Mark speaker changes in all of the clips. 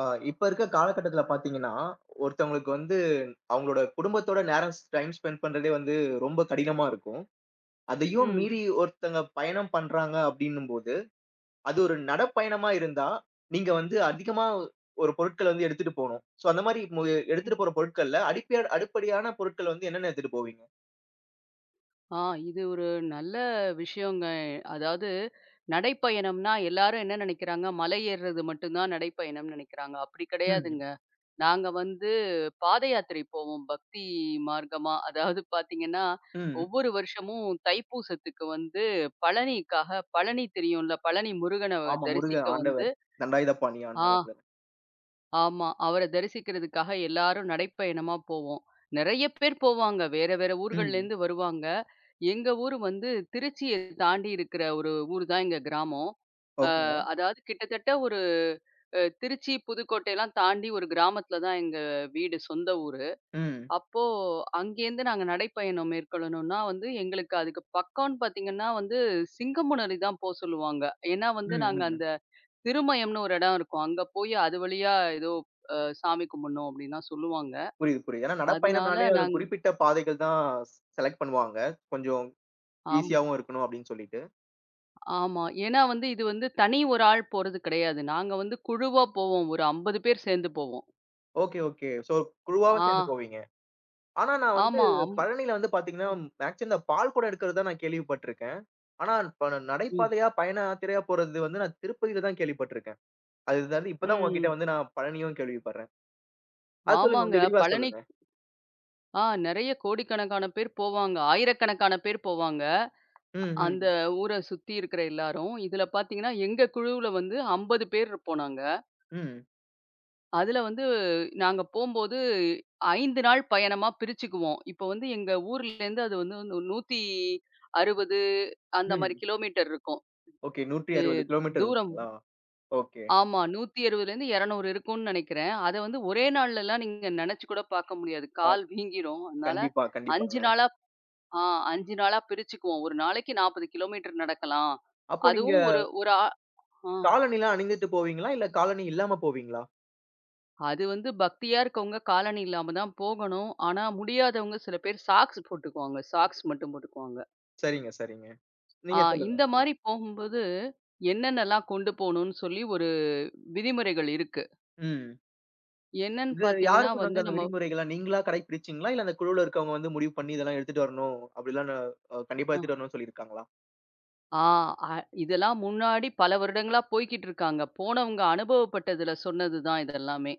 Speaker 1: ஆ இப்ப இருக்க காலகட்டத்தில பார்த்தீங்கன்னா, ஒருத்தவங்களுக்கு வந்து அவங்களோட குடும்பத்தோட நேரம் டைம் ஸ்பெண்ட் பண்றதே வந்து ரொம்ப கடினமா இருக்கும். அதையும்
Speaker 2: ம்.
Speaker 1: மீறி ஒருத்தங்க பயணம் பண்றாங்க அப்டின்னும்போது, அது ஒரு நடைப்பயணமா இருந்தா, நீங்க வந்து அதிகமா ஒரு பொருட்கள வந்து எடுத்துட்டு போணும். சோ அந்த மாரி
Speaker 2: ம்.
Speaker 1: எடுத்துட்டு போற பொருட்கள்ல அடிப்படையான பொருட்கள் வந்து என்னென்ன எடுத்துட்டு போவீங்க?
Speaker 2: ஆ இது ஒரு நல்ல விஷயங்க. அதாவது நடைப்பயணம்னா எல்லாரும் என்ன நினைக்கிறாங்க, மலை ஏறுறது மட்டும் தான் நடைப்பயணம்னு நினைக்கிறாங்க. அப்படி
Speaker 1: ம்.
Speaker 2: கிடையாதுங்க. நாங்க வந்து பாத யாத்திரை போவோம் பக்தி மார்க்கமா. அதாவது பார்த்தீங்கன்னா,
Speaker 1: ம்.
Speaker 2: ஒவ்வொரு வருஷமும் தைப்பூசத்துக்கு வந்து பழனிக்காக பழனி தெரியும்ல, பழனி முருகன
Speaker 1: ஆமா.
Speaker 2: தரிசிக்க
Speaker 1: முருகன்
Speaker 2: வந்து
Speaker 1: ஆண்டவர். தண்டாயுதபாணி
Speaker 2: ஆ
Speaker 1: ஆண்டவர் தானே.
Speaker 2: ஆமா. அவர தரிசிக்கிறதுக்காக எல்லாரும் நடைப்பயணமா போவோம். நெறைய பேர் போவாங்க. வேற வேற
Speaker 1: ம்.
Speaker 2: ஊர்கள்லேருந்து வருவாங்க. எங்க ஊரு வந்து திருச்சிய தாண்டி இருக்கிற ஒரு ஊர் தான் எங்க கிராமம். அ
Speaker 1: ஓகேங்க.
Speaker 2: அதாவது கிட்டத்தட்ட ஒரு திருச்சி, புதுக்கோட்டையெல்லாம் தாண்டி ஒரு கிராமத்தில தான் எங்க வீடு, சொந்த ஊரு.
Speaker 1: ம்.
Speaker 2: அப்போ அங்கேருந்து நாங்க நடைப்பயணம் மேற்கொள்ளணும்னா வந்து எங்களுக்கு அதுக்கு பக்கம்ன்னு பார்த்தீங்கன்னா வந்து சிங்கமுனரி தான் போ சொல்லுவாங்க. ஏன்னா
Speaker 1: ம்.
Speaker 2: வந்து நாங்க
Speaker 1: ம்.
Speaker 2: அந்த திருமயம்ன்னு ஒரு இடம் இருக்கும். அங்க போய் அது வழியா ஏதோ சாமி கும்பிடணும் அப்படின்லாம் சொல்லுவாங்க.
Speaker 1: புரியுது, புரியுது. ஏன்னா
Speaker 2: அதனால
Speaker 1: நடைப்பயணம்னாலே அது
Speaker 2: நாங்க
Speaker 1: குறிப்பிட்ட பாதைகள் தான் செலக்ட் பண்ணுவாங்க. கொஞ்சம்
Speaker 2: ஆமா,
Speaker 1: ஈஸியாவும் இருக்கணும் அப்படின்னு சொல்லிட்டு.
Speaker 2: ஆமா. ஏன்னா வந்து இது வந்து தனி ஒரு ஆள் போறது கிடையாது. நாங்க வந்து குழுவா போவோம். ஒரு 50 பேர் சேர்ந்து போவோம்.
Speaker 1: Okay, okay. ஸோ குழுவாவே
Speaker 2: ஆ,
Speaker 1: சேர்ந்து போவீங்க. ஆனா நான் வந்து
Speaker 2: ஆமா. அம்
Speaker 1: பழனியில வந்து பார்த்தீங்கன்னா, மேக்ஸிமம் இந்த பால் குடம் எடுக்கிறது தான் நான் கேள்விப்பட்டுருக்கேன். ஆனா இப்ப நான்
Speaker 2: ம்,
Speaker 1: நடைபாதையா, பயண யாத்திரையா போறது வந்து நான் திருப்பதியில தான் கேள்விப்பட்டுருக்கேன். அது வந்து இப்ப தான் உங்ககிட்ட
Speaker 2: ம்.
Speaker 1: வந்து நான் பழனியும் கேள்விப்படுறேன். அது சொல்லுங்க.
Speaker 2: ஆமாங்க.
Speaker 1: கொஞ்சம் விரிவா
Speaker 2: பழனி
Speaker 1: சொல்லுங்க.
Speaker 2: நெறைய கோடிக்கணக்கான பேர் போவாங்க. ஆயிரக்கணக்கான பேர் போவாங்க.
Speaker 1: ம்,
Speaker 2: அந்த
Speaker 1: ம்,
Speaker 2: ஊர சுத்தி இருக்கிற எல்லாரும். இதுல பார்த்தீங்கன்னா, எங்க குழுவுல வந்து 50 பேர் இருப்போம் நாங்க.
Speaker 1: ம்,
Speaker 2: அதுல வந்து நாங்க போம்போது 5 நாள் பயணமா பிரிச்சுக்குவோம். இப்போ வந்து எங்க ஊர்லேருந்து அது வந்து 160 அந்த மாரி
Speaker 1: ம்.
Speaker 2: கிலோமீட்டர் இருக்கும்.
Speaker 1: ஓகே.
Speaker 2: எ
Speaker 1: 160 கிலோமீட்டர்
Speaker 2: தூரம்.
Speaker 1: இருக்குங்களா? ஓகே.
Speaker 2: ஆமா. 160லேருந்து 200 இருக்கும்னு நெனைக்கிறேன். அத வந்து ஒரே நாள்லலாம் நீங்க நெனச்சு கூட பார்க்க முடியாது.
Speaker 1: அ
Speaker 2: கால் வீங்கிரும். அதனால
Speaker 1: கண்டிப்பா, கண்டிப்பாங்க.
Speaker 2: 5 நாளா ஆ 5 நாளா பிரிச்சுக்குவோம். ஒரு நாளைக்கு 40 கிலோமீட்டர் நடக்கலாம்.
Speaker 1: அப்போ நீங்க
Speaker 2: அதுவும் ஒரு ஒரு ஆ ஆ.
Speaker 1: காலணிலாம் அணிந்துட்டு போவீங்களா? இல்ல காலணி இல்லாம போவீங்களா?
Speaker 2: அது வந்து பக்தியா இருக்கவங்க காலணி இல்லாம தான் போகணும். ஆனா முடியாதவங்க சில பேர் சாக்ஸ் போட்டுக்குவாங்க. சாக்ஸ் மட்டும் போட்டுக்குவாங்க.
Speaker 1: சரிங்க, சரிங்க.
Speaker 2: ஆ
Speaker 1: நீங்க சொல்லுங்க.
Speaker 2: இந்த
Speaker 1: ம்.
Speaker 2: மாரி போகும்போது என்னென்னலாம் கொண்டு போணும்னு சொல்லி ஒரு விதிமுறைகள் இருக்கு.
Speaker 1: ம்.
Speaker 2: என்னன்னு
Speaker 1: இது யாரு
Speaker 2: பார்த்தீங்கன்னா வந்து
Speaker 1: சொன்னாங்க அந்த
Speaker 2: நம்ம
Speaker 1: விதிமுறைகள்லாம்? நீங்களா கடைபிடிச்சீங்களா? இல்ல அந்த குழுவுல இருக்கவங்க வந்து முடிவு பண்ணி இதெல்லாம் எடுத்துட்டு வரணும். அப்படிலாம் நான் கண்டிப்பா
Speaker 2: ஆ
Speaker 1: எடுத்துட்டு வரணும்னு சொல்லியிருக்காங்களா?
Speaker 2: ஆ அ, இதெல்லாம் முன்னாடி பல வருடங்களா போய்க்கிட்டு இருக்காங்க. போனவங்க அனுபவப்பட்டதுல சொன்னது தான் இதெல்லாமே.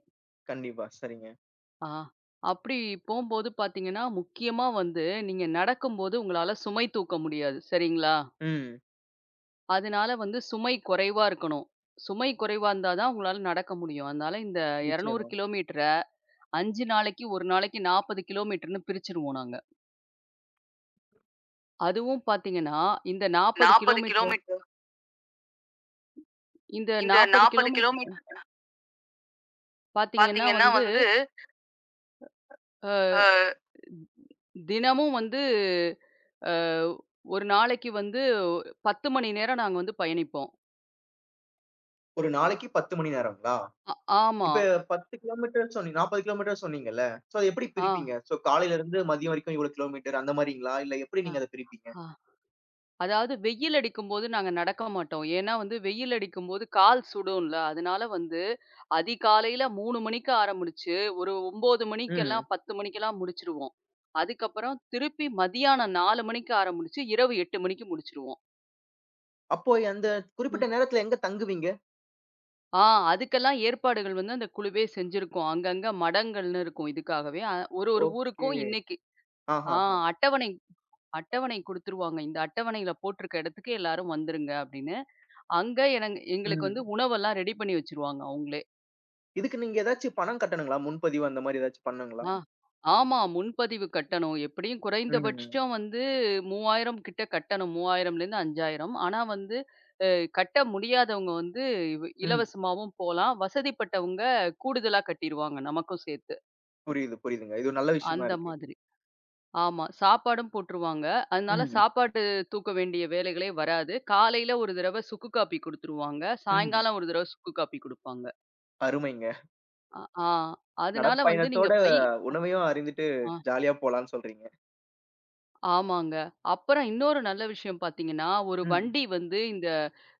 Speaker 1: கண்டிப்பா. சரிங்க.
Speaker 2: ஆ அப்படி போம்போது பார்த்தீங்கன்னா, முக்கியமா வந்து நீங்க நடக்கும்போது உங்களால சுமை தூக்க முடியாது. சரிங்களா?
Speaker 1: ம்.
Speaker 2: அதனால வந்து சுமை குறைவா இருக்கணும். சுமை குறைவா இருந்தா தான் உங்களால நடக்க முடியும். அதனால இந்த 200
Speaker 1: நிச்சயமா.
Speaker 2: கிலோமீட்டர 5 நாளைக்கு, 1 நாளைக்கு 40 கிலோமீட்டர்ன்னு பிரிச்சுருவோம் நாங்க. அதுவும் பார்த்தீங்கன்னா, இந்த 40
Speaker 1: 40
Speaker 2: கிலோமீட்டர்
Speaker 1: கிலோமீட்டர்.
Speaker 2: இந்த
Speaker 1: இந்த
Speaker 2: 40
Speaker 1: 40
Speaker 2: கிலோமீட்டர்
Speaker 1: கிலோமீட்டர்
Speaker 2: பார்த்தீங்கன்னா
Speaker 1: பார்த்தீங்கன்னா
Speaker 2: வந்து,
Speaker 1: வந்து
Speaker 2: அ
Speaker 1: அ.
Speaker 2: தினமும் வந்து அ ஒரு நாளைக்கு வந்து 10 மணி நேரம் நாங்க வந்து பயணிப்போம்.
Speaker 1: ஒரு நாளைக்கு 10 மணி நேரங்களா?
Speaker 2: அ ஆமா.
Speaker 1: இப்ப 10 கிலோமீட்டர் சொன்னீங்க 40 கிலோமீட்டர் சொன்னீங்கல்ல. சோ அத எப்படி
Speaker 2: ஆ.
Speaker 1: பிரிப்பீங்க? சோ காலையில இருந்து மதியம் வரைக்கும் இவ்வளோ கிலோமீட்டர் அந்த மாரிங்களா? இல்ல எப்படி
Speaker 2: அ,
Speaker 1: நீங்க அத பிரிப்பீங்க?
Speaker 2: ஆ. அதாவது வெயில் அடிக்கும்போது நாங்க நடக்க மாட்டோம். ஏன்னா வந்து வெயில் அடிக்கும்போது கால் சுடும்ல. அதனால வந்து அதிகாலையில 3 மணிக்கு ஆரம்பிச்சு, ஒரு 9
Speaker 1: ம்.
Speaker 2: மணிக்கெல்லாம் 10 மணிக்கெல்லாம் முடிச்சுருவோம். அதுக்கப்புறம் திருப்பி மதியானம் 4 மணிக்கு ஆரம்பிச்சு, இரவு 8 மணிக்கு முடிச்சுருவோம்.
Speaker 1: அப்போ அந்த குறிப்பிட்ட நேரத்துல எங்க தங்குவீங்க?
Speaker 2: ஆ அதுக்கெல்லாம் ஏற்பாடுகள் வந்து அந்த குழுவே செஞ்சிருக்கும். அங்கங்க மடங்கள்னு இருக்கும் இதுக்காகவே. ஒரு ஒரு
Speaker 1: ஓகே.
Speaker 2: ஊருக்கும் இன்னைக்கு ஆ
Speaker 1: ஆஹா.
Speaker 2: அட்டவணை அட்டவணை குடுத்துருவாங்க. இந்த அட்டவணையில போட்டிருக்க இடத்துக்கு எல்லாரும் வந்துருங்க அப்படின்னு. அங்க எங்களுக்கு வந்து
Speaker 1: ம்.
Speaker 2: உணவெல்லாம் ரெடி பண்ணி வச்சுருவாங்க அவங்களே.
Speaker 1: இதுக்கு நீங்க ஏதாச்சும் பணம் கட்டணுங்களா? முன்பதிவு அந்த மாரி ஏதாச்சும் பண்ணுங்களா?
Speaker 2: ஆ. ஆமா. முன்பதிவு கட்டணம் எப்படியும்
Speaker 1: ம்.
Speaker 2: குறைந்தபட்சம் வந்து 3000 கிட்ட கட்டணும். 3000லேருந்து 5000. ஆனா வந்து அ கட்ட முடியாதவங்க வந்து
Speaker 1: ம்.
Speaker 2: இலவசமாவும் போலாம். வசதிப்பட்டவங்க கூடுதலா கட்டிருவாங்க நமக்கும் சேர்த்து.
Speaker 1: புரியுது, புரியுதுங்க. இது ஒரு நல்ல விஷயமா
Speaker 2: அந்த
Speaker 1: இருக்கு.
Speaker 2: மாதிரி. ஆமா. சாப்பாடும் போட்டுருவாங்க. அதனால
Speaker 1: ம்.
Speaker 2: சாப்பாடு தூக்க வேண்டிய வேலைகளே வராது. காலையில ஒரு தடவ சுக்கு காப்பி குடுத்துருவாங்க.
Speaker 1: ம்.
Speaker 2: சாயங்காலம் ஒரு தடவ சுக்கு காப்பி குடுப்பாங்க.
Speaker 1: அருமைங்க.
Speaker 2: அ ஆ. அதனால வந்து
Speaker 1: நடைப்பயணத்தோட உணவையும் அருந்திட்டு
Speaker 2: ஆ,
Speaker 1: ஜாலியா போலான்னு சொல்றீங்க.
Speaker 2: ஆமாங்க. அப்புறம் இன்னொரு நல்ல விஷயம் பார்த்தீங்கன்னா, ஒரு
Speaker 1: ம்.
Speaker 2: வண்டி வந்து இந்த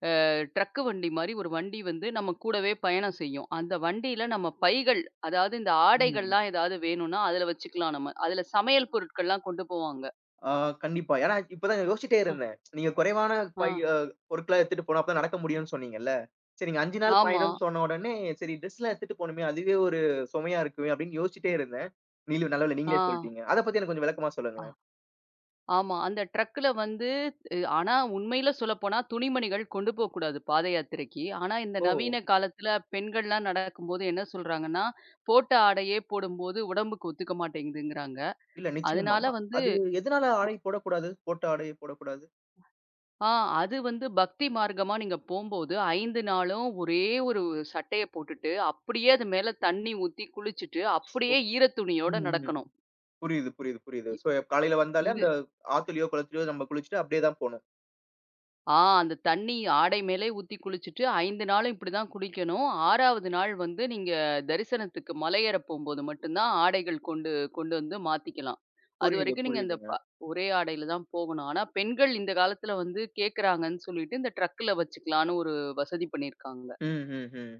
Speaker 2: அ ட்ரக் வண்டி மாரி ஒரு வண்டி வந்து நம்ம கூடவே பயணம் செய்யும். அந்த வண்டியில நம்ம பைகள், அதாவது இந்த
Speaker 1: ம்.
Speaker 2: ஆடைகள்லாம் ஏதாவது வேணும்னா, அதில வச்சுக்கலாம் நம்ம. அதில சமையல் பொருட்கள்லாம் கொண்டு போவாங்க.
Speaker 1: ஆ கண்டிப்பா. ஏன்னா இப்பதான் நான் யோசிச்சிட்டே இருந்தேன். நீங்க குறைவான
Speaker 2: ஆ,
Speaker 1: பை பொருட்கள எடுத்துட்டு போனா அப்பதான் நடக்க முடியும்னு சொன்னீங்கல்ல. சரி நீங்க 5 நாள்
Speaker 2: ஆமா.
Speaker 1: பயணம்னு சொன்ன உடனே, சரி ட்ரெஸ்லாம் எடுத்துட்டு போணுமே, அதுவே ஒரு சுமையா இருக்குமே அப்படின்னு யோசிச்சிட்டே
Speaker 2: ம்.
Speaker 1: இருந்தேன். நீங்க நல்ல வேளை நீங்களே சொல்ட்டீங்க. அத பத்தி எனக்கு கொஞ்சம் விளக்கமா
Speaker 2: ஆ.
Speaker 1: சொல்லுங்களேன்.
Speaker 2: ஆமா. அந்த ட்ரக்குல வந்து ஆனா உண்மையில சொல்லப்போனா துணிமணிகள் கொண்டு போக்கூடாது பாத யாத்திரைக்கு. ஆனா இந்த
Speaker 1: ஓ!
Speaker 2: நவீன காலத்துல பெண்கள்லாம் நடக்கும்போது என்ன சொல்றாங்கன்னா, போட்ட ஆடையே போடும்போது உடம்புக்கு ஒத்துக்க மாட்டேங்குதுங்கிறாங்க.
Speaker 1: இல்ல நிச்சயமா.
Speaker 2: அதனால வந்து
Speaker 1: அது எதனால ஆடை போடக்கூடாது? போட்ட ஆடைய போடக்கூடாது?
Speaker 2: ஆ அது வந்து பக்தி மார்க்கமா நீங்க போம்போது 5 நாளும் ஒரே ஒரு சட்டைய போட்டுட்டு, அப்படியே அது மேல தண்ணி ஊத்தி குளிச்சுட்டு, அப்படியே ஈரத்துணியோட
Speaker 1: ம். ம்.
Speaker 2: நடக்கணும்.
Speaker 1: புரியுது, புரியுது, புரியுது.
Speaker 2: இ
Speaker 1: சோ காலையில வந்தாலே
Speaker 2: இது
Speaker 1: அந்த ஆத்துலயோ, குளத்துலயோ நம்ம குளிச்சுட்டு அப்படியே தான் போணும்.
Speaker 2: ஆ அந்த தண்ணி ஆடை மேலே ஊத்தி குளிச்சுட்டு 5 நாளும் இப்படிதான் குளிக்கணும். 6வது நாள் வந்து நீங்க தரிசனத்துக்கு மலையேறப் போம்போது மட்டும் தான் ஆடைகள் கொண்டு கொண்டு வந்து மாத்திக்கலாம்.
Speaker 1: புரியுது,
Speaker 2: அதுவரைக்கும் நீங்க இந்த ப
Speaker 1: புரியுதுங்க.
Speaker 2: ஒரே ஆடையில தான் போகணும். ஆனா பெண்கள் இந்த காலத்துல வந்து கேட்கறாங்கன்னு சொல்லிட்டு இந்த ட்ரக்ல வச்சுக்கலான்னு ஒரு வசதி பண்ணியிருக்காங்க.
Speaker 1: ம், ம், ம்.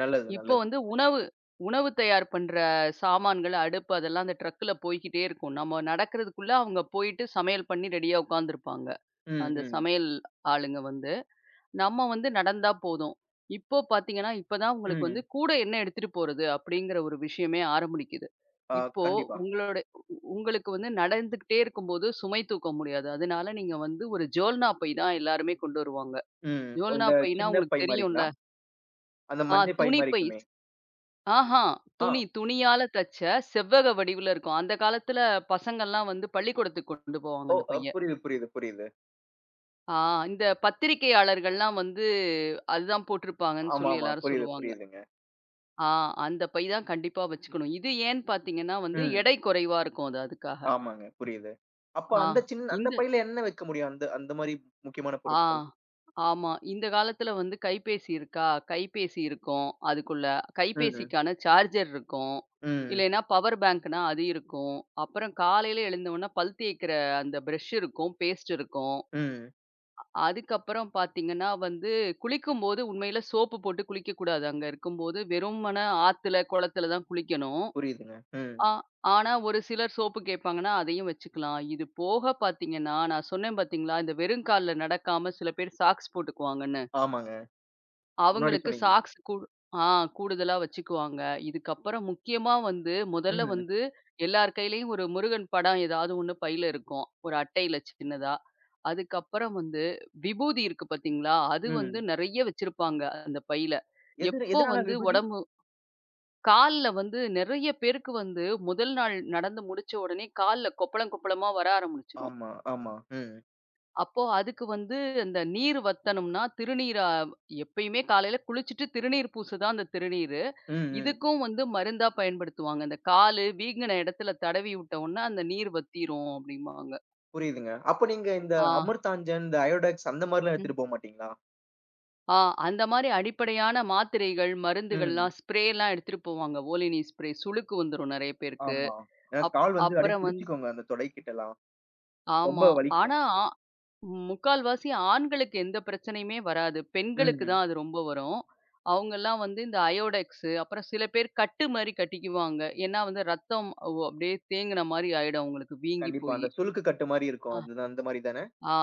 Speaker 1: நல்லது,
Speaker 2: இப்போ
Speaker 1: நல்லது.
Speaker 2: வந்து உணவு உணவு தயார் பண்ற சாமான்கள், அடுப்பு அதெல்லாம் அந்த ட்ரக்ல போய்க்கிட்டே இருக்கும். நம்ம நடக்கிறதுக்குள்ள அவங்க போயிட்டு சமையல் பண்ணி ரெடியா உட்கார்ந்திருப்பாங்க.
Speaker 1: ம்,
Speaker 2: அந்த
Speaker 1: ம்,
Speaker 2: சமையல் ஆளுங்க வந்து. நம்ம வந்து நடந்தா போதும். இப்போ பார்த்தீங்கன்னா, இப்ப தான் உங்களுக்கு வந்து
Speaker 1: ம்.
Speaker 2: கூட என்ன எடுத்துட்டு போறது அப்படிங்கிற ஒரு விஷயமே ஆரம்பிக்குது.
Speaker 1: ஆ
Speaker 2: இப்போ
Speaker 1: கண்டிப்பா.
Speaker 2: உங்களோட உங்களுக்கு வந்து நடந்துகிட்டே இருக்கும்போது சுமை தூக்க முடியாது. அதனால நீங்க வந்து ஒரு ஜோல்னா பை தான் எல்லாருமே கொண்டு வருவாங்க.
Speaker 1: ம்.
Speaker 2: ஜோல்னா
Speaker 1: இந்த
Speaker 2: பைனா
Speaker 1: சின்ன
Speaker 2: உங்களுக்கு
Speaker 1: பை
Speaker 2: தெரியும்ல.
Speaker 1: மாரிங்களா? அந்த மஞ்ச பை
Speaker 2: துணி
Speaker 1: மாரி
Speaker 2: பை.
Speaker 1: இருக்குமே!
Speaker 2: ஆஹா
Speaker 1: ஆ.
Speaker 2: துணி துணியால தச்ச செவ்வக வடிவுல இருக்கும். அந்த காலத்துல பசங்கள்லாம் வந்து பள்ளிக்கூடத்துக்கு கொண்டு போவாங்க
Speaker 1: ஓ!
Speaker 2: அந்த பைய.
Speaker 1: புரியுது, புரியுது, புரியுது.
Speaker 2: ஆ இந்த பத்திரிக்கையாளர்கள்லாம் வந்து அதுதான் போட்டிருப்பாங்கன்னு சொல்லி
Speaker 1: ஆமாமா.
Speaker 2: எல்லாரும்
Speaker 1: புரியுது,
Speaker 2: சொல்லுவாங்க.
Speaker 1: புரியுதுங்க.
Speaker 2: ஆ அந்த பை தான் கண்டிப்பா வச்சுக்கணும். இது ஏன்னு பார்த்தீங்கன்னா வந்து
Speaker 1: ம்.
Speaker 2: எடை குறைவா இருக்கும் அது அதுக்காக.
Speaker 1: ஆமாங்க. புரியுது. அப்ப
Speaker 2: ஆ
Speaker 1: அந்த சின்ன அந்த
Speaker 2: இந்த
Speaker 1: பையில என்ன வைக்க முடியும்? அந்த அந்த மாரி முக்கியமான
Speaker 2: ஆ
Speaker 1: பொருட்கள்.
Speaker 2: ஆமா. இந்த காலத்துல வந்து கைபேசி இருக்கா? கைபேசி இருக்கும். அதுக்குள்ள
Speaker 1: ம்.
Speaker 2: கைபேசிக்கான சார்ஜர் இருக்கும்.
Speaker 1: ம்.
Speaker 2: இல்லைன்னா பவர் பேங்க்னா அது இருக்கும். அப்புறம் காலையில எழுந்தவுடனே பல் தேய்க்கிற அந்த பிரஷ் இருக்கும், பேஸ்ட் இருக்கும்.
Speaker 1: ம்.
Speaker 2: அதுக்கப்புறம் பார்த்தீங்கன்னா வந்து குளிக்கும்போது உண்மையில சோப்பு போட்டு குளிக்கக்கூடாது. அங்க இருக்கும்போது வெறுமனே ஆத்துல, குளத்துல தான் குளிக்கணும்.
Speaker 1: புரியுதுங்க. ம்.
Speaker 2: ஆ ஆனா ஒரு சிலர் சோப்பு கேட்பாங்கன்னா, அதையும் வச்சுக்கலாம். இது போக பார்த்தீங்கன்னா, நான் சொன்னேன் பார்த்தீங்களா, இந்த வெறும் கால்ல நடக்காம சில பேர் சாக்ஸ் போட்டுக்குவாங்கன்னு.
Speaker 1: ஆமாங்க. முன்னாடி
Speaker 2: அவங்களுக்கு
Speaker 1: சொன்னீங்க.
Speaker 2: சாக்ஸ் கூ ஆ கூடுதலா வச்சுக்குவாங்க. இதுக்கப்புறம் முக்கியமா வந்து முதல்ல
Speaker 1: ம்.
Speaker 2: வந்து எல்லார் கையிலயும் ஒரு முருகன் படம் ஏதாவது ஒண்ணு பையில இருக்கும். ஒரு அட்டையில சின்னதா. அதுக்கப்புறம் வந்து விபூதி இருக்கு பார்த்தீங்களா, அது வந்து
Speaker 1: ம்.
Speaker 2: நெறைய வச்சிருப்பாங்க அந்த பையில.
Speaker 1: எது
Speaker 2: எப்போ
Speaker 1: எதனால
Speaker 2: வந்து
Speaker 1: விபூதி?
Speaker 2: கால்ல வந்து நெறைய பேருக்கு வந்து முதல் நாள் நடந்து முடிச்ச உடனே கால்ல கொப்பளம் கொப்பளமா வர ஆரம்பிச்சிரும்.
Speaker 1: ஆமா, ஆமா. ம்.
Speaker 2: அப்போ அதுக்கு வந்து அந்த நீர் வத்தணும்னா திருநீரா எப்பயுமே காலையில குளிச்சுட்டு திருநீர் பூசு தான் அந்த திருநீரு.
Speaker 1: ம், ம்.
Speaker 2: இதுக்கும் வந்து மருந்தா பயன்படுத்துவாங்க. அந்த காலு வீங்கின இடத்துல தடவி விட்ட உடனே அந்த நீர் வத்திரும் அப்டிம்பாங்க.
Speaker 1: புரியுதுங்க. அப்ப நீங்க இந்த
Speaker 2: ஆ,
Speaker 1: அமர்தாஞ்சன், இந்த அயோடெக்ஸ் அந்த மாரிலாம்
Speaker 2: ம்.
Speaker 1: எடுத்துட்டு போ மாட்டீங்களா?
Speaker 2: ஆ அந்த மாரி அடிப்படையான மாத்திரைகள்,
Speaker 1: ம்.
Speaker 2: மருந்துகள்லாம் ஸ்ப்ரேலாம் எடுத்துட்டு போவாங்க. ஓலினி ஸ்ப்ரே சுளுக்கு வந்துரும் நெறைய பேருக்கு.
Speaker 1: ஆமா. ஏன்னா
Speaker 2: அப்
Speaker 1: கால் வந்து அப்படியே
Speaker 2: அப்புறம் வந்து
Speaker 1: புடிச்சுக்கோங்க, அந்த தொடைக்கிட்டலாம். ரொம்ப
Speaker 2: ஆமா.
Speaker 1: வலிக்கும்.
Speaker 2: ஆனா, முக்கால்வாசி ஆண்களுக்கு எந்த பிரச்சனையுமே வராது. பெண்களுக்கு
Speaker 1: ம்.
Speaker 2: தான் அது ரொம்ப வரும். அவங்கலாம் வந்து இந்த அயோடெக்ஸு, அப்புறம் சில பேர் கட்டு மாரி கட்டிக்குவாங்க. ஏன்னா வந்து ரத்தம் அப்படியே தேங்குன மாரி ஆயிடும் அவங்களுக்கு வீங்கி
Speaker 1: கண்டிப்பா.
Speaker 2: போயி.
Speaker 1: அந்த சுளுக்கு கட்டு மாரி இருக்கும்.
Speaker 2: அ,
Speaker 1: அது அந்த மாரி தானே?
Speaker 2: ஆ.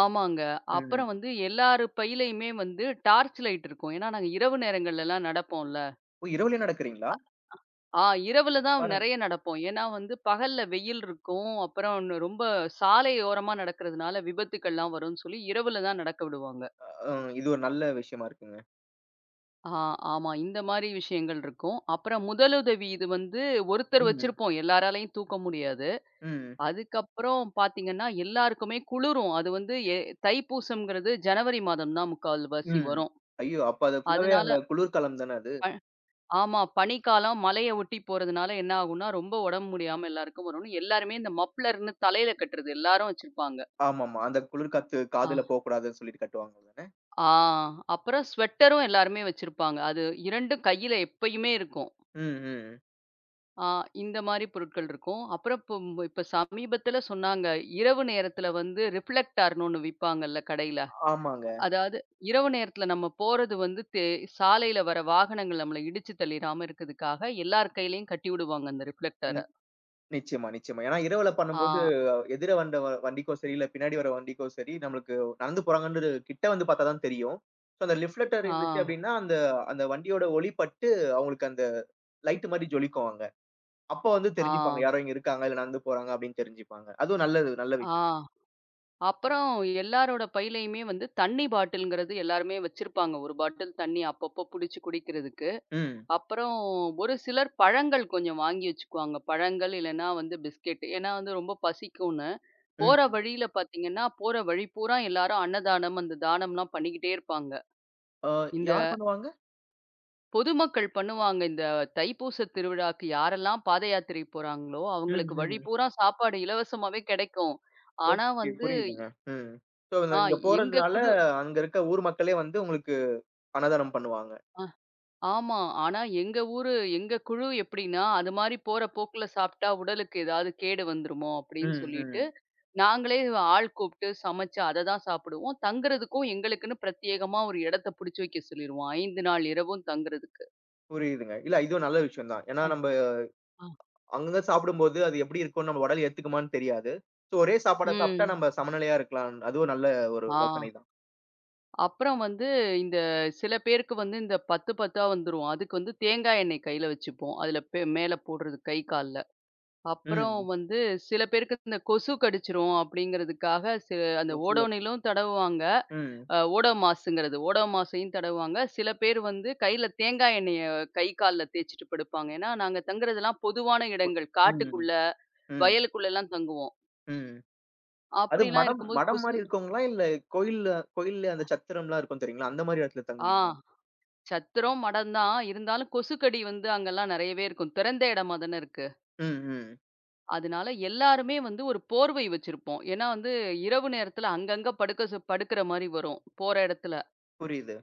Speaker 2: ஆமாங்க. அப்புறம்
Speaker 1: ம்.
Speaker 2: வந்து எல்லார் பையிலயுமே வந்து டார்ச் லைட் இருக்கும். ஏன்னா நாங்க இரவு நேரங்கள்லலாம் நடப்போம்ல.
Speaker 1: ஓ! இரவுலயே நடக்கிறீங்களா?
Speaker 2: ஆ இரவுல தான்
Speaker 1: பாருங்க.
Speaker 2: நெறைய நடப்போம். ஏன்னா வந்து பகல்ல வெயில் இருக்கும். அப்புறம் இன்னும் ரொம்ப சாலையோரமா நடக்கிறதுனால விபத்துக்கள்லாம் வரும்ன்னு சொல்லி இரவுல தான் நடக்க விடுவாங்க.
Speaker 1: அ இது ஒரு நல்ல விஷயமா இருக்குங்க.
Speaker 2: ஆ ஆமா. இந்த மாரி விஷயங்கள் இருக்கும். அப்புறம் முதலுதவி இது வந்து ஒருத்தர்
Speaker 1: ம்.
Speaker 2: வச்சிருப்போம். எல்லாராலயும் தூக்க முடியாது.
Speaker 1: ம்.
Speaker 2: அதுக்கப்புறம் பார்த்தீங்கன்னா, எல்லாருக்குமே குளிரும். அது வந்து தைப்பூசம்ங்கிறது ஜனவரி மாதம் தான் முக்கால்வாசி
Speaker 1: ம்.
Speaker 2: வரும்.
Speaker 1: ஐயோ! அப்ப அது ஃபுல்லாவே
Speaker 2: அதனால
Speaker 1: அந்த குளிர்காலம் தானே அது?
Speaker 2: ப ஆமா. பனிக்காலம் மலைய ஒட்டி போறதுனால என்ன ஆகும்னா, ரொம்ப உடம்பு முடியாம எல்லாருக்கும் வரும்னு, எல்லாருமே இந்த மப்ளர்ன்னு தலையில கட்டுறது எல்லாரும் வச்சிருப்பாங்க.
Speaker 1: ஆமாமா. அந்த குளிர் காத்து காதுல
Speaker 2: ஆ.
Speaker 1: போக்கூடாதுன்னு சொல்லிட்டு கட்டுவாங்க தானே?
Speaker 2: ஆ அப்புறம் ஸ்வெட்டரும் எல்லாருமே வச்சிருப்பாங்க. அது 2ம் கையில எப்பயுமே இருக்கும்.
Speaker 1: ம், ம்.
Speaker 2: ஆ இந்த மாரி பொருட்கள் இருக்கும். அப்புறம் இப்ப சமீபத்தில சொன்னாங்க. இரவு நேரத்தில வந்து ரிஃப்ளெக்டார்ன்னு ஒண்ணு விப்பாங்கல்ல கடையில.
Speaker 1: ஆமாங்க.
Speaker 2: அதாவது இரவு நேரத்தில நம்ம போறது வந்து சாலையில வர வாகனங்கள் நம்மள இடிச்சு தள்ளிராம இருக்கிறதுக்காக எல்லார் கையிலயும் கட்டி விடுவாங்க அந்த ரிஃப்ளெக்டர.
Speaker 1: நிச்சயமா, நிச்சயமா. ஏன்னா இரவுல
Speaker 2: ஆ,
Speaker 1: பண்ணும்போது எதிர வந்த வண்டிக்கோ சரி, இல்ல பின்னாடி வர வண்டிக்கோ சரி, நம்மளுக்கு நடந்து போறாங்கன்றது கிட்ட வந்து பார்த்தா தான் தெரியும். ஸோ அந்த லிஃப்ட் லெட்டர் இருந்துச்சு
Speaker 2: ஆ.
Speaker 1: அப்டின்னா, அந்த அந்த வண்டியோட ஒளி பட்டு அவங்களுக்கு அந்த லைட் மாரி ஜொலிக்கும் அங்க. அப்ப வந்து
Speaker 2: ஆ,
Speaker 1: தெரிஞ்சுப்பாங்க. யாரோ இங்க இருக்காங்க, இல்ல நடந்து போறாங்க அப்டின்னு தெரிஞ்சுப்பாங்க. அதுவும் நல்லது, நல்ல
Speaker 2: ஆ.
Speaker 1: விஷயம்.
Speaker 2: அப்புறம் எல்லாரோட பையிலயுமே வந்து தண்ணி பாட்டில்ங்கிறது எல்லாருமே வச்சிருப்பாங்க. 1 பாட்டில் தண்ணி அப்பப்போ புடிச்சு குடிக்கிறதுக்கு.
Speaker 1: ம்,
Speaker 2: அப்புறம் ஒரு சிலர் பழங்கள் கொஞ்சம் வாங்கி வச்சுக்குவாங்க. பழங்கள் இல்லன்னா வந்து பிஸ்கெட். ஏன்னா வந்து ரொம்ப பசிக்கும்னு. போற
Speaker 1: ம்.
Speaker 2: வழியில பார்த்தீங்கன்னா, போற வழி பூரா எல்லாரும் அன்னதானம், அந்த தானம்லாம் பண்ணிக்கிட்டே இருப்பாங்க.
Speaker 1: அ
Speaker 2: இந்த
Speaker 1: யார் பண்ணுவாங்க?
Speaker 2: பொதுமக்கள் பண்ணுவாங்க. இந்த தைப்பூச திருவிழாக்கு யாரெல்லாம் பாத யாத்திரை போறாங்களோ,
Speaker 1: ம்,
Speaker 2: அவங்களுக்கு வழி
Speaker 1: ம்.
Speaker 2: பூரா சாப்பாடு இலவசமாவே கெடைக்கும். ஆனா
Speaker 1: ஓகே.
Speaker 2: வந்து
Speaker 1: புரியுதுங்க. ம். ஸோ
Speaker 2: ஆ
Speaker 1: இங்க
Speaker 2: எங்க
Speaker 1: போறதுனால
Speaker 2: குழு
Speaker 1: அங்க இருக்க ஊர் மக்களே வந்து உங்களுக்கு அன்னதானம் பண்ணுவாங்க.
Speaker 2: அ ஆமா. ஆனா எங்க ஊரு எங்க குழு எப்படின்னா, அது மாரி போற போக்குல சாப்பிட்டா உடலுக்கு ஏதாவது கேடு வந்துருமோ அப்படின்னு
Speaker 1: ம்,
Speaker 2: சொல்லிட்டு,
Speaker 1: ம்.
Speaker 2: நாங்களே ஆள் கூப்பிட்டு சமைச்சு அத தான் சாப்பிடுவோம். தங்குறதுக்கும் எங்களுக்குன்னு பிரத்யேகமா ஒரு இடத்த புடிச்சு வைக்க சொல்லிருவோம். 5 நாள் இரவும் தங்குறதுக்கு.
Speaker 1: புரியுதுங்க. இல்ல இதுவும் நல்ல விஷயம் தான். ஏன்னா நம்ப
Speaker 2: ஆ.
Speaker 1: அங்கங்க சாப்பிடும்போது, அது எப்படி இருக்கும்னு நம்ம உடல் ஏத்துக்குமான்னு தெரியாது. ஸோ ஒரே சாப்பாட சாப்பிட்டா
Speaker 2: ம்.
Speaker 1: நம்ம சமநிலையா இருக்கலாம். அதுவும் நல்ல ஒரு
Speaker 2: ஆ.
Speaker 1: யோசனை தான்.
Speaker 2: அப்புறம் வந்து இந்த சில பேருக்கு வந்து இந்த 10, 10ஆ வந்துரும். அதுக்கு வந்து தேங்காய் எண்ணெய் கையில வச்சுப்போம். அதுல மேல போடுறது கை, கால்ல. அப்புறம்
Speaker 1: ம்.
Speaker 2: வந்து சில பேருக்கு இந்த கொசு கடிச்சிரும் அப்படிங்கிறதுக்காக சில அந்த
Speaker 1: கொசு
Speaker 2: ஓடோனிலும் தடவுவாங்க.
Speaker 1: ம்.
Speaker 2: ஓடோமாஸுங்கிறது. ஓடோமாஸையும் தடவுவாங்க. சில பேர் வந்து கையில தேங்காய் எண்ணெய கை, கால்ல தேய்ச்சுட்டு படுப்பாங்க. ஏன்னா, நாங்க தங்குறதெல்லாம் பொதுவான
Speaker 1: கொ
Speaker 2: இடங்கள்.
Speaker 1: ம்.
Speaker 2: காட்டுக்குள்ள,
Speaker 1: ம்.
Speaker 2: வயலுக்குள்ளலாம் தங்குவோம்.
Speaker 1: ம். அது
Speaker 2: அப்படிலாம்
Speaker 1: மடம்
Speaker 2: இருக்கும்போது
Speaker 1: மடம்
Speaker 2: கொசு
Speaker 1: மாரி இருக்கவங்களா? இல்ல கோயில்ல கோயில்ல அந்த சத்திரம்லாம் இருக்கும் தெரியுங்களா? அந்த மாரி இடத்துல
Speaker 2: ஆ
Speaker 1: தங்குவீங்களா?
Speaker 2: சத்திரம், மடம் தான். இருந்தாலும் கொசுக்கடி வந்து அங்கலாம் நெறையவே இருக்கும். திறந்த இடமா தானே இருக்கு.
Speaker 1: ம். ம்.
Speaker 2: அதனால எல்லாருமே வந்து ஒரு போர்வை வச்சிருப்போம். ஏன்னா வந்து இரவு நேரத்துல அங்கங்க படுக்கிற மாரி வரும், போற இடத்துல.
Speaker 1: புரியுது.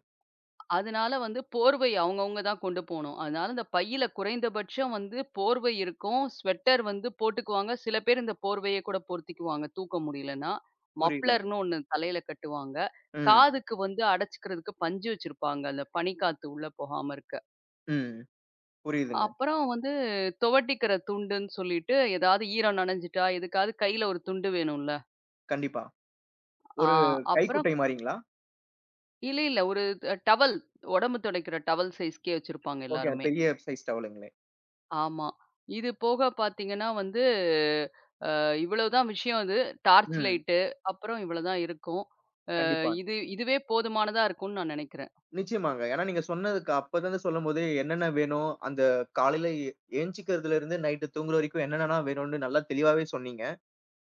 Speaker 2: அதனால வந்து போர்வை அவங்கவங்க தான் கொண்டு போணும். அதனால இந்த பையில குறைந்தபட்சம் வந்து போர்வை இருக்கும், ஸ்வெட்டர் வந்து போட்டுக்குவாங்க. சில பேர் இந்த போர்வைய கூட பொருத்திக்குவாங்க, தூக்க முடியலன்னா.
Speaker 1: புரியுதுங்க.
Speaker 2: மப்ளர்ன்னு ஒண்ணு தலையில கட்டுவாங்க.
Speaker 1: ம்.
Speaker 2: காதுக்கு வந்து அடைச்சுக்கிறதுக்கு பஞ்சு வச்சிருப்பாங்க, அந்த பனிக்காத்து உள்ள போகாம இருக்க.
Speaker 1: ம். புரியுதுங்க.
Speaker 2: அப்புறம் வந்து துவட்டிக்கிற துண்டுன்னு சொல்லிட்டு, ஏதாவது ஈரம் நனைஞ்சுட்டா எதுக்காவது கையில ஒரு துண்டு வேணும்ல.
Speaker 1: கண்டிப்பா.
Speaker 2: ஆ
Speaker 1: ஒரு
Speaker 2: அப்புறம்
Speaker 1: கைக்குட்டை மாரிங்களா?
Speaker 2: இல்ல, இல்ல. ஒரு அ டவல் உடம்பு துடைக்கிற டவல் சைஸ்க்கே வச்சிருப்பாங்க
Speaker 1: ஓகே.
Speaker 2: எல்லாருமே.
Speaker 1: பெரிய சைஸ் டவலுங்களே.
Speaker 2: ஆமா. இது போக பார்த்தீங்கன்னா வந்து, இவ்வளவுதான் விஷயம் இது. டார்ச்
Speaker 1: ம்.
Speaker 2: லைட்டு, அப்புறம் இவ்வளவுதான் இருக்கும். அ
Speaker 1: கண்டிப்பா.
Speaker 2: இது இதுவே போதுமானதா இருக்கும்னு நான் நினைக்கிறேன்.
Speaker 1: நிச்சயமாங்க. ஏன்னா நீங்க சொன்னதுக்கு அப்பலருந்து சொல்லும்போதே என்னென்ன வேணும், அந்த காலையில எந்திச்சிக்கிறதுலருந்து நைட்டு தூங்குற வரைக்கும் என்னென்னலாம் வேணும்னு நல்லா தெளிவாவே சொன்னீங்க.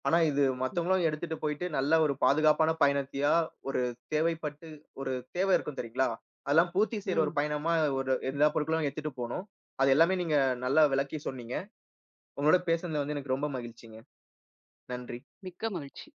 Speaker 1: ஆனா இது
Speaker 2: ம்.
Speaker 1: மத்தவங்களும் எடுத்துட்டு போயிட்டு நல்ல ஒரு பாதுகாப்பான பயணத்தையா, ஒரு தேவைப்பட்டு ஒரு தேவை இருக்கும் தெரியுங்களா? அதெல்லாம் பூர்த்தி செய்ற ஒரு
Speaker 2: ம்.
Speaker 1: பயணமா ஒரு எல்லா பொருட்களும் எடுத்துட்டு போணும். அது எல்லாமே நீங்க நல்லா விளக்கி சொன்னீங்க. உங்களோட பேசுனதுல வந்து எனக்கு ரொம்ப மகிழ்ச்சிங்க. நன்றி.
Speaker 2: மிக்க மகிழ்ச்சி.